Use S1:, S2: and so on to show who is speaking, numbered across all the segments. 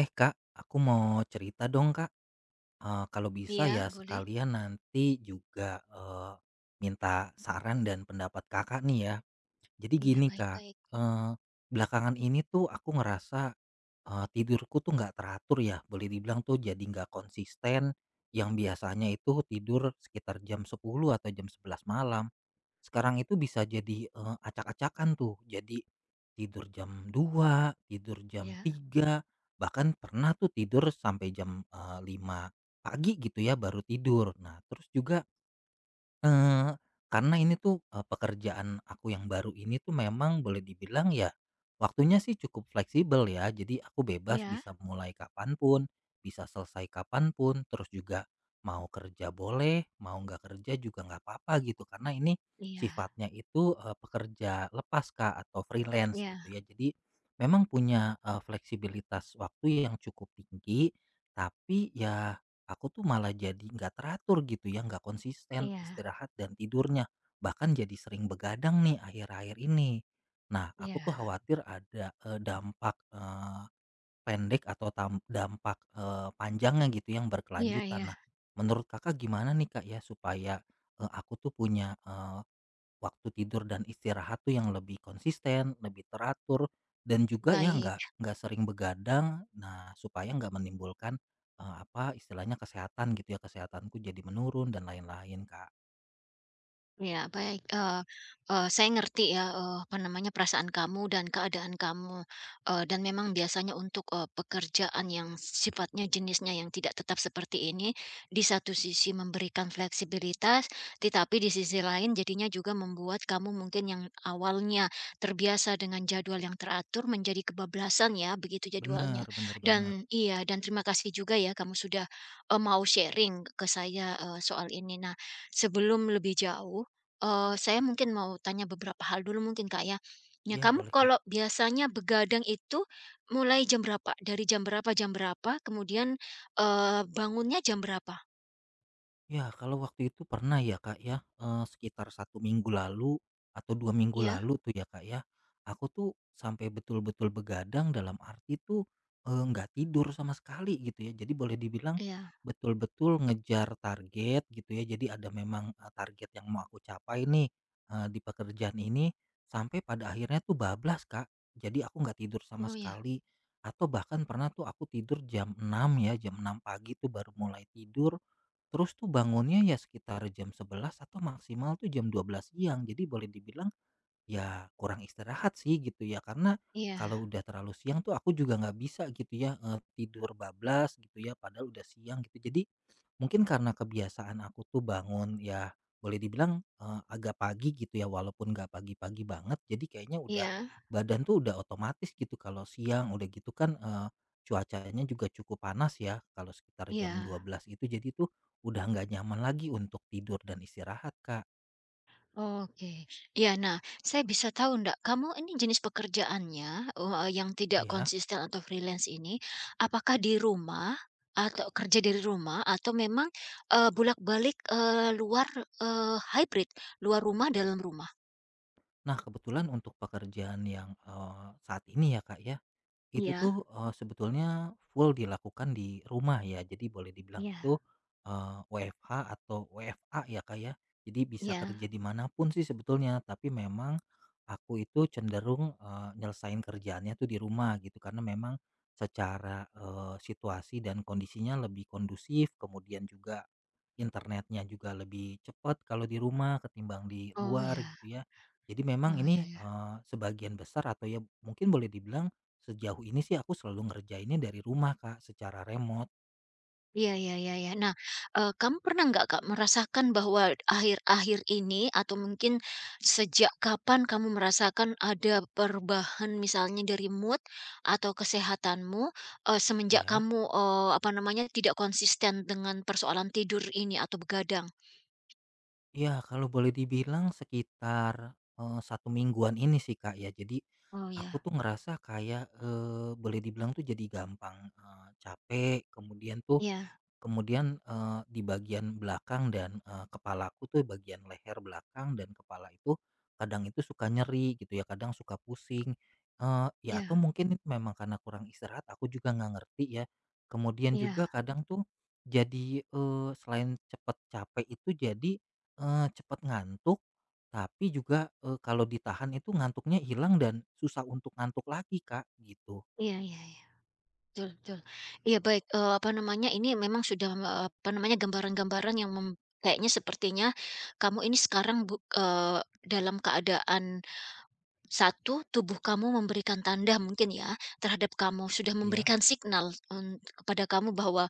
S1: Eh Kak, aku mau cerita dong Kak. Kalau bisa
S2: Iya,
S1: ya
S2: boleh.
S1: sekalian nanti juga, minta saran dan pendapat Kakak nih ya. Jadi
S2: Iya,
S1: gini Kak,
S2: baik-baik.
S1: eee, belakangan ini tuh aku ngerasa, tidurku tuh nggak teratur ya, boleh dibilang tuh jadi nggak konsisten, yang biasanya itu tidur sekitar jam 10 atau jam 11 malam sekarang itu bisa jadi, acak-acakan tuh. Jadi tidur jam 2, tidur jam
S2: Iya,
S1: tiga, bahkan pernah tuh tidur sampai jam, 05.00 pagi gitu ya baru tidur. Nah terus juga, Eee, karena ini tuh, pekerjaan aku yang baru ini tuh memang boleh dibilang ya, waktunya sih cukup fleksibel ya. Jadi aku bebas
S2: iya,
S1: bisa mulai kapanpun, bisa selesai kapanpun, terus juga mau kerja boleh, mau nggak kerja juga nggak apa-apa gitu. Karena ini
S2: iya,
S1: sifatnya itu, pekerja lepas, Kak, atau freelance gitu
S2: iya,
S1: ya. Jadi memang punya, fleksibilitas waktu yang cukup tinggi, tapi ya aku tuh malah jadi nggak teratur gitu ya, nggak konsisten
S2: iya,
S1: istirahat dan tidurnya. Bahkan jadi sering begadang nih akhir-akhir ini. Nah, aku tuh
S2: iya,
S1: khawatir ada, dampak, pendek atau dampak, panjangnya gitu yang
S2: iya,
S1: berkelanjutan.
S2: iya,
S1: Nah, menurut Kakak gimana nih Kak ya supaya, aku tuh punya waktu tidur dan istirahat tuh yang lebih konsisten, lebih teratur, dan juga ya nggak
S2: baik.
S1: nggak sering begadang. Nah, supaya nggak menimbulkan eh, apa istilahnya kesehatan gitu ya, kesehatanku jadi menurun dan lain-lain Kak.
S2: Iya, baik, eee eee, saya ngerti ya, apa namanya, perasaan kamu dan keadaan kamu, dan memang biasanya untuk, pekerjaan yang sifatnya jenisnya yang tidak tetap seperti ini, di satu sisi memberikan fleksibilitas, tetapi di sisi lain jadinya juga membuat kamu mungkin yang awalnya terbiasa dengan jadwal yang teratur menjadi kebablasan ya, begitu
S1: Bener
S2: jadwalnya.
S1: bener banget.
S2: Dan iya, dan terima kasih juga ya kamu sudah, mau sharing ke saya, soal ini. Nah, sebelum lebih jauh, saya mungkin mau tanya beberapa hal dulu mungkin, Kak, ya. Ya
S1: Iya
S2: kamu
S1: boleh Kak.
S2: kalau biasanya begadang itu mulai jam berapa? Dari jam berapa, kemudian, bangunnya jam berapa?
S1: Ya, kalau waktu itu pernah ya, Kak, ya, sekitar 1 minggu lalu atau 2 minggu
S2: Iya
S1: lalu tuh ya, Kak, ya, aku tuh sampai betul-betul begadang dalam arti tuh, nggak tidur sama sekali gitu ya. Jadi boleh dibilang
S2: iya.
S1: betul-betul ngejar target gitu ya. Jadi ada memang, target yang mau aku capai nih, di pekerjaan ini sampai pada akhirnya tuh bablas, Kak. Jadi aku nggak tidur sama
S2: Oh, ya.
S1: sekali, atau bahkan pernah tuh aku tidur jam 6 ya, jam 6 pagi tuh baru mulai tidur. Terus tuh bangunnya ya sekitar jam 11 atau maksimal tuh jam 12 siang. Jadi boleh dibilang ya kurang istirahat sih gitu ya. Karena
S2: Iya
S1: kalau udah terlalu siang tuh aku juga nggak bisa gitu ya, eh, tidur bablas gitu ya padahal udah siang gitu. Jadi mungkin karena kebiasaan aku tuh bangun ya boleh dibilang, agak pagi gitu ya walaupun nggak pagi-pagi banget, jadi kayaknya udah
S2: iya
S1: badan tuh udah otomatis gitu kalau siang udah gitu kan, cuacanya juga cukup panas ya kalau sekitar jam
S2: iya.
S1: 12.00 itu, jadi tuh udah nggak nyaman lagi untuk tidur dan istirahat, Kak.
S2: Oke. Ya. Nah, saya bisa tahu ndak, kamu ini jenis pekerjaannya, yang tidak
S1: Ya.
S2: konsisten atau freelance ini, apakah di rumah atau kerja dari rumah atau memang, bolak-balik, luar, hybrid, luar rumah, dalam rumah?
S1: Nah kebetulan untuk pekerjaan yang, saat ini ya, Kak, ya, itu
S2: Iya
S1: tuh, sebetulnya full dilakukan di rumah ya. Jadi boleh dibilang itu,
S2: iya.
S1: WFH atau WFA ya, Kak, ya. Jadi bisa
S2: Iya?
S1: kerja dimanapun sih sebetulnya, tapi memang aku itu cenderung, nyelesain kerjaannya tuh di rumah gitu karena memang secara, situasi dan kondisinya lebih kondusif, kemudian juga internetnya juga lebih cepat kalau di rumah ketimbang di
S2: Oh,
S1: luar
S2: ya.
S1: gitu ya. Jadi memang
S2: Oh,
S1: ini,
S2: ya ya.
S1: sebagian besar atau ya mungkin boleh dibilang sejauh ini sih aku selalu ngerjainnya dari rumah, Kak, secara remote.
S2: Iya iya iya iya. Nah, kamu pernah nggak, Kak, merasakan bahwa akhir-akhir ini atau mungkin sejak kapan kamu merasakan ada perubahan misalnya dari mood atau kesehatanmu, semenjak
S1: Ya.
S2: kamu, apa namanya, tidak konsisten dengan persoalan tidur ini atau begadang?
S1: Iya, kalau boleh dibilang sekitar, 1 mingguan ini sih, Kak, ya. Jadi
S2: Oh,
S1: aku
S2: ya.
S1: tuh ngerasa kayak, boleh dibilang tuh jadi gampang, capek, kemudian tuh
S2: Iya
S1: Kemudian, eee, di bagian belakang dan, kepalaku tuh bagian leher belakang dan kepala itu kadang itu suka nyeri gitu ya, kadang suka pusing, ya atau
S2: iya
S1: mungkin itu memang karena kurang istirahat aku juga nggak ngerti ya. Kemudian juga
S2: iya
S1: kadang tuh jadi, selain cepet capek itu jadi, cepet ngantuk, tapi juga, kalau ditahan itu ngantuknya hilang dan susah untuk ngantuk lagi Kak, gitu.
S2: iya iya iya. Betul betul. Iya baik, apa namanya, ini memang sudah, apa namanya, gambaran-gambaran yang mem kayaknya sepertinya kamu ini sekarang dalam keadaan satu, tubuh kamu memberikan tanda mungkin ya, terhadap kamu, sudah
S1: Ya,
S2: memberikan signal kepada kamu bahwa,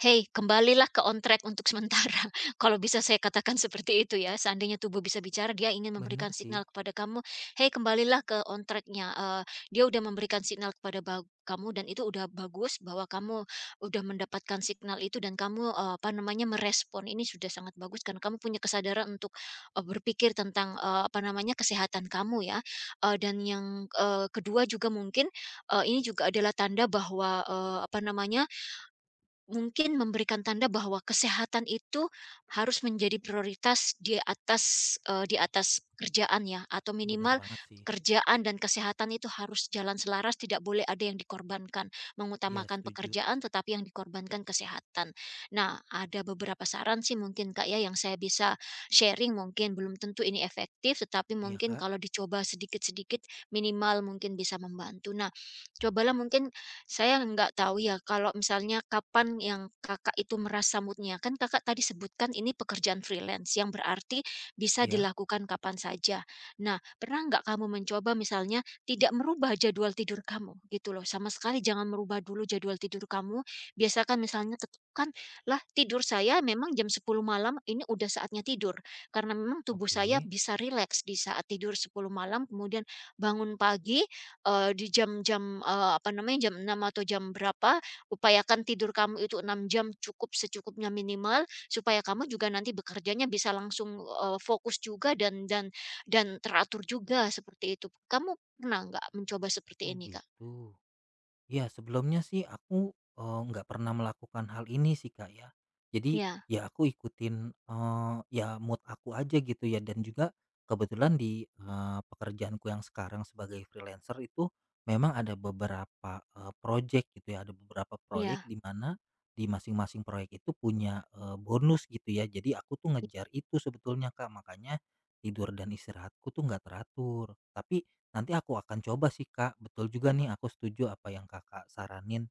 S2: "Hei, kembalilah ke on track untuk sementara." Kalau bisa saya katakan seperti itu ya, seandainya tubuh bisa bicara, dia ingin memberikan
S1: bener
S2: signal
S1: sih,
S2: kepada kamu, "Hei, kembalilah ke on tracknya." Dia udah memberikan signal kepada kamu dan itu udah bagus bahwa kamu udah mendapatkan signal itu dan kamu, apa namanya, merespon. Ini sudah sangat bagus karena kamu punya kesadaran untuk, berpikir tentang, apa namanya, kesehatan kamu ya. Dan yang, kedua juga mungkin, ini juga adalah tanda bahwa, apa namanya, mungkin memberikan tanda bahwa kesehatan itu harus menjadi prioritas di atas, di atas pekerjaan ya, atau
S1: bener
S2: minimal
S1: banget sih.
S2: pekerjaan dan kesehatan itu harus jalan selaras, tidak boleh ada yang dikorbankan.
S1: Ya,
S2: Mengutamakan
S1: setuju.
S2: pekerjaan, tetapi yang dikorbankan kesehatan. Nah, ada beberapa saran sih mungkin Kak ya, yang saya bisa sharing mungkin, belum tentu ini efektif, tetapi
S1: Iya,
S2: mungkin
S1: Kak.
S2: kalau dicoba sedikit-sedikit, minimal mungkin bisa membantu. Nah, cobalah mungkin. Saya nggak tahu ya kalau misalnya kapan yang Kakak itu merasa mood. Kan Kakak tadi sebutkan ini pekerjaan freelance yang berarti bisa
S1: Iya.
S2: dilakukan kapan saja. Nah, pernah nggak kamu mencoba misalnya tidak merubah jadwal tidur kamu gitu loh. Sama sekali jangan merubah dulu jadwal tidur kamu. Biasakan misalnya, tetapkan lah tidur saya memang jam 10 malam ini udah saatnya tidur. Karena memang tubuh saya
S1: Oke.
S2: bisa rileks di saat tidur 10 malam, kemudian bangun pagi di jam-jam, apa namanya, jam 6 atau jam berapa, upayakan tidur kamu itu 6 jam cukup secukupnya minimal, supaya kamu juga nanti bekerjanya bisa langsung, fokus juga dan teratur juga, seperti itu. Kamu pernah nggak mencoba seperti
S1: Oh,
S2: ini, Kak?
S1: gitu. Ya, sebelumnya sih aku, eh, nggak pernah melakukan hal ini sih, Kak, ya. Jadi,
S2: Iya
S1: ya aku ikutin, eh, ya mood aku aja gitu ya, dan juga kebetulan di, eh, pekerjaanku yang sekarang sebagai freelancer itu memang ada beberapa, eh, project gitu ya, ada beberapa proyek
S2: iya.
S1: di mana di masing-masing proyek itu punya, eh, bonus gitu ya. Jadi, aku tuh ngejar itu sebetulnya, Kak. Makanya tidur dan istirahatku tuh nggak teratur. Tapi nanti aku akan coba sih, Kak. Betul juga nih, aku setuju apa yang Kakak saranin.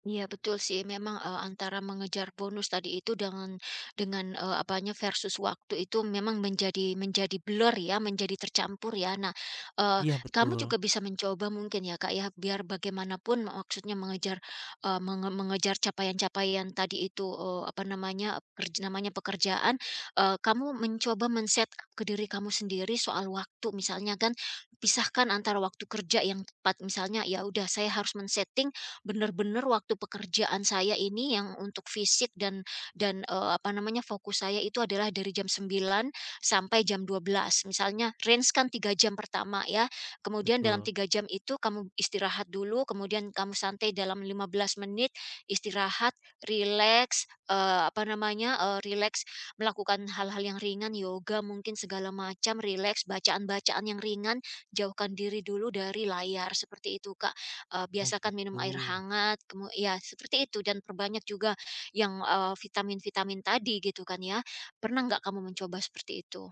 S2: Iya betul sih memang, antara mengejar bonus tadi itu dengan apanya, versus waktu itu memang menjadi menjadi blur ya, menjadi tercampur ya. Nah, eee,
S1: Iya
S2: kamu
S1: betul,
S2: juga bisa mencoba mungkin ya, Kak, ya, biar bagaimanapun maksudnya mengejar, eee, menge mengejar capaian-capaian tadi itu, apa namanya, namanya pekerjaan, kamu mencoba men-setup ke diri kamu sendiri soal waktu misalnya kan, pisahkan antara waktu kerja yang tepat misalnya, ya udah, saya harus men-setting bener-bener waktu pekerjaan saya ini yang untuk fisik dan apa namanya, fokus saya itu adalah dari jam 9 sampai jam 12. Misalnya range kan 3 jam pertama ya, kemudian dalam
S1: betul.
S2: 3 jam itu kamu istirahat dulu, kemudian kamu santai dalam 15 menit, istirahat, relax, apa namanya, rileks melakukan hal-hal yang ringan, yoga mungkin segala macam, relax, bacaan-bacaan yang ringan, jauhkan diri dulu dari layar, seperti itu, Kak.
S1: Oh
S2: Biasakan minum
S1: gitu.
S2: air hangat, ya seperti itu dan perbanyak juga yang, vitamin-vitamin tadi gitu kan ya. Pernah nggak kamu mencoba seperti itu?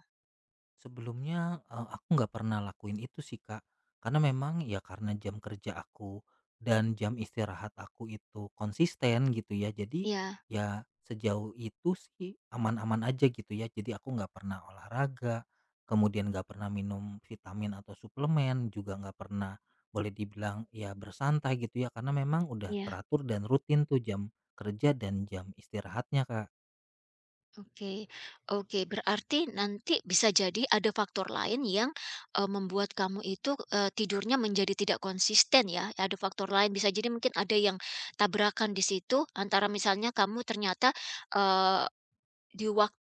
S1: Sebelumnya, aku nggak pernah lakuin itu sih, Kak. Karena memang ya karena jam kerja aku dan jam istirahat aku itu konsisten gitu ya. Jadi
S2: Iya
S1: ya sejauh itu sih aman-aman aja gitu ya. Jadi aku nggak pernah olahraga, kemudian nggak pernah minum vitamin atau suplemen, juga nggak pernah boleh dibilang ya bersantai gitu ya. Karena memang udah
S2: iya,
S1: teratur dan rutin tuh jam kerja dan jam istirahatnya, Kak.
S2: oke. Oke, berarti nanti bisa jadi ada faktor lain yang, membuat kamu itu, tidurnya menjadi tidak konsisten ya, ada faktor lain bisa jadi. Mungkin ada yang tabrakan di situ antara misalnya kamu ternyata, di waktu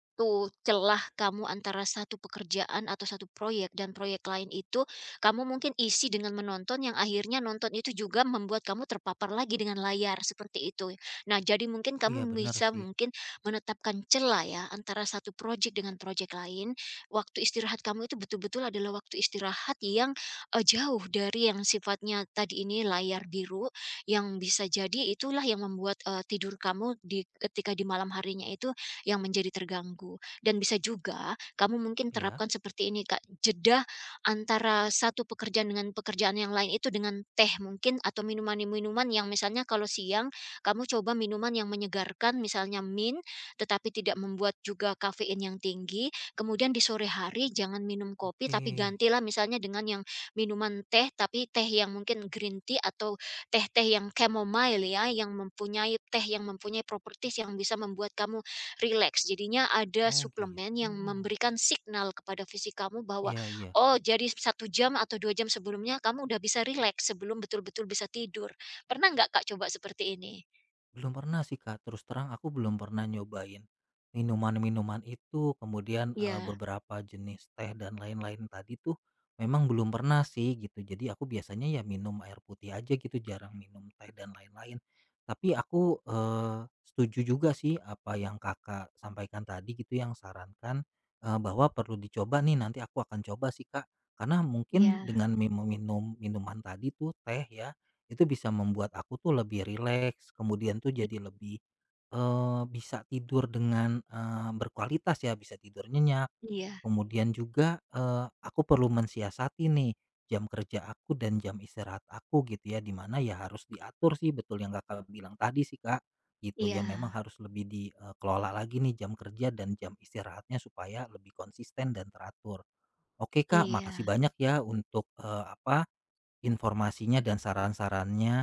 S2: celah kamu antara satu pekerjaan atau satu proyek dan proyek lain itu, kamu mungkin isi dengan menonton yang akhirnya nonton itu juga membuat kamu terpapar lagi dengan layar, seperti itu. Nah, jadi mungkin
S1: Iya
S2: kamu
S1: bener
S2: bisa
S1: sih.
S2: mungkin menetapkan celah ya antara satu proyek dengan proyek lain. Waktu istirahat kamu itu betul-betul adalah waktu istirahat yang, jauh dari yang sifatnya tadi ini layar biru, yang bisa jadi itulah yang membuat, tidur kamu di ketika di malam harinya itu yang menjadi terganggu. Dan bisa juga kamu mungkin
S1: Ya.
S2: terapkan seperti ini, Kak, jeda antara satu pekerjaan dengan pekerjaan yang lain itu dengan teh mungkin atau minuman-minuman yang, misalnya kalau siang kamu coba minuman yang menyegarkan misalnya mint tetapi tidak membuat juga kafein yang tinggi. Kemudian di sore hari jangan minum kopi
S1: Oke.
S2: tapi gantilah misalnya dengan yang minuman teh tapi teh yang mungkin green tea atau teh-teh yang chamomile ya, yang mempunyai teh yang mempunyai properties yang bisa membuat kamu rileks. Jadinya ada
S1: Oh gitu.
S2: suplemen yang memberikan signal kepada fisik kamu bahwa,
S1: Iya iya.
S2: oh jadi 1 jam atau 2 jam sebelumnya kamu udah bisa rileks sebelum betul-betul bisa tidur. Pernah nggak Kak coba seperti ini?
S1: Belum pernah sih Kak, terus terang aku belum pernah nyobain minuman-minuman itu, kemudian,
S2: Iya
S1: beberapa jenis teh dan lain-lain tadi tuh memang belum pernah sih gitu. Jadi aku biasanya ya minum air putih aja gitu, jarang minum teh dan lain-lain. Tapi aku, setuju juga sih apa yang Kakak sampaikan tadi gitu, yang sarankan, bahwa perlu dicoba nih, nanti aku akan coba sih Kak. Karena mungkin
S2: iya,
S1: dengan meminum minuman tadi tuh, teh ya, itu bisa membuat aku tuh lebih rileks, kemudian tuh
S2: i
S1: jadi lebih, bisa tidur dengan, berkualitas ya, bisa tidur nyenyak.
S2: iya
S1: Kemudian juga, aku perlu mensiasati nih jam kerja aku dan jam istirahat aku gitu ya, di mana ya harus diatur sih, betul yang Kakak bilang tadi sih, Kak, gitu ya. Memang
S2: iya
S1: harus lebih dikelola lagi nih jam kerja dan jam istirahatnya supaya lebih konsisten dan teratur. Oke, Kak,
S2: iya,
S1: makasih banyak ya untuk, apa, informasinya dan saran-sarannya.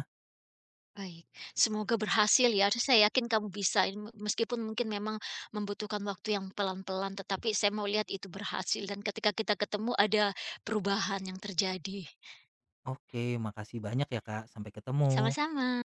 S2: baik. Semoga berhasil ya, saya yakin kamu bisa ini me meskipun mungkin memang membutuhkan waktu yang pelan-pelan, tetapi saya mau lihat itu berhasil dan ketika kita ketemu ada perubahan yang terjadi.
S1: Oke, makasih banyak ya Kak, sampai ketemu.
S2: Sama-sama.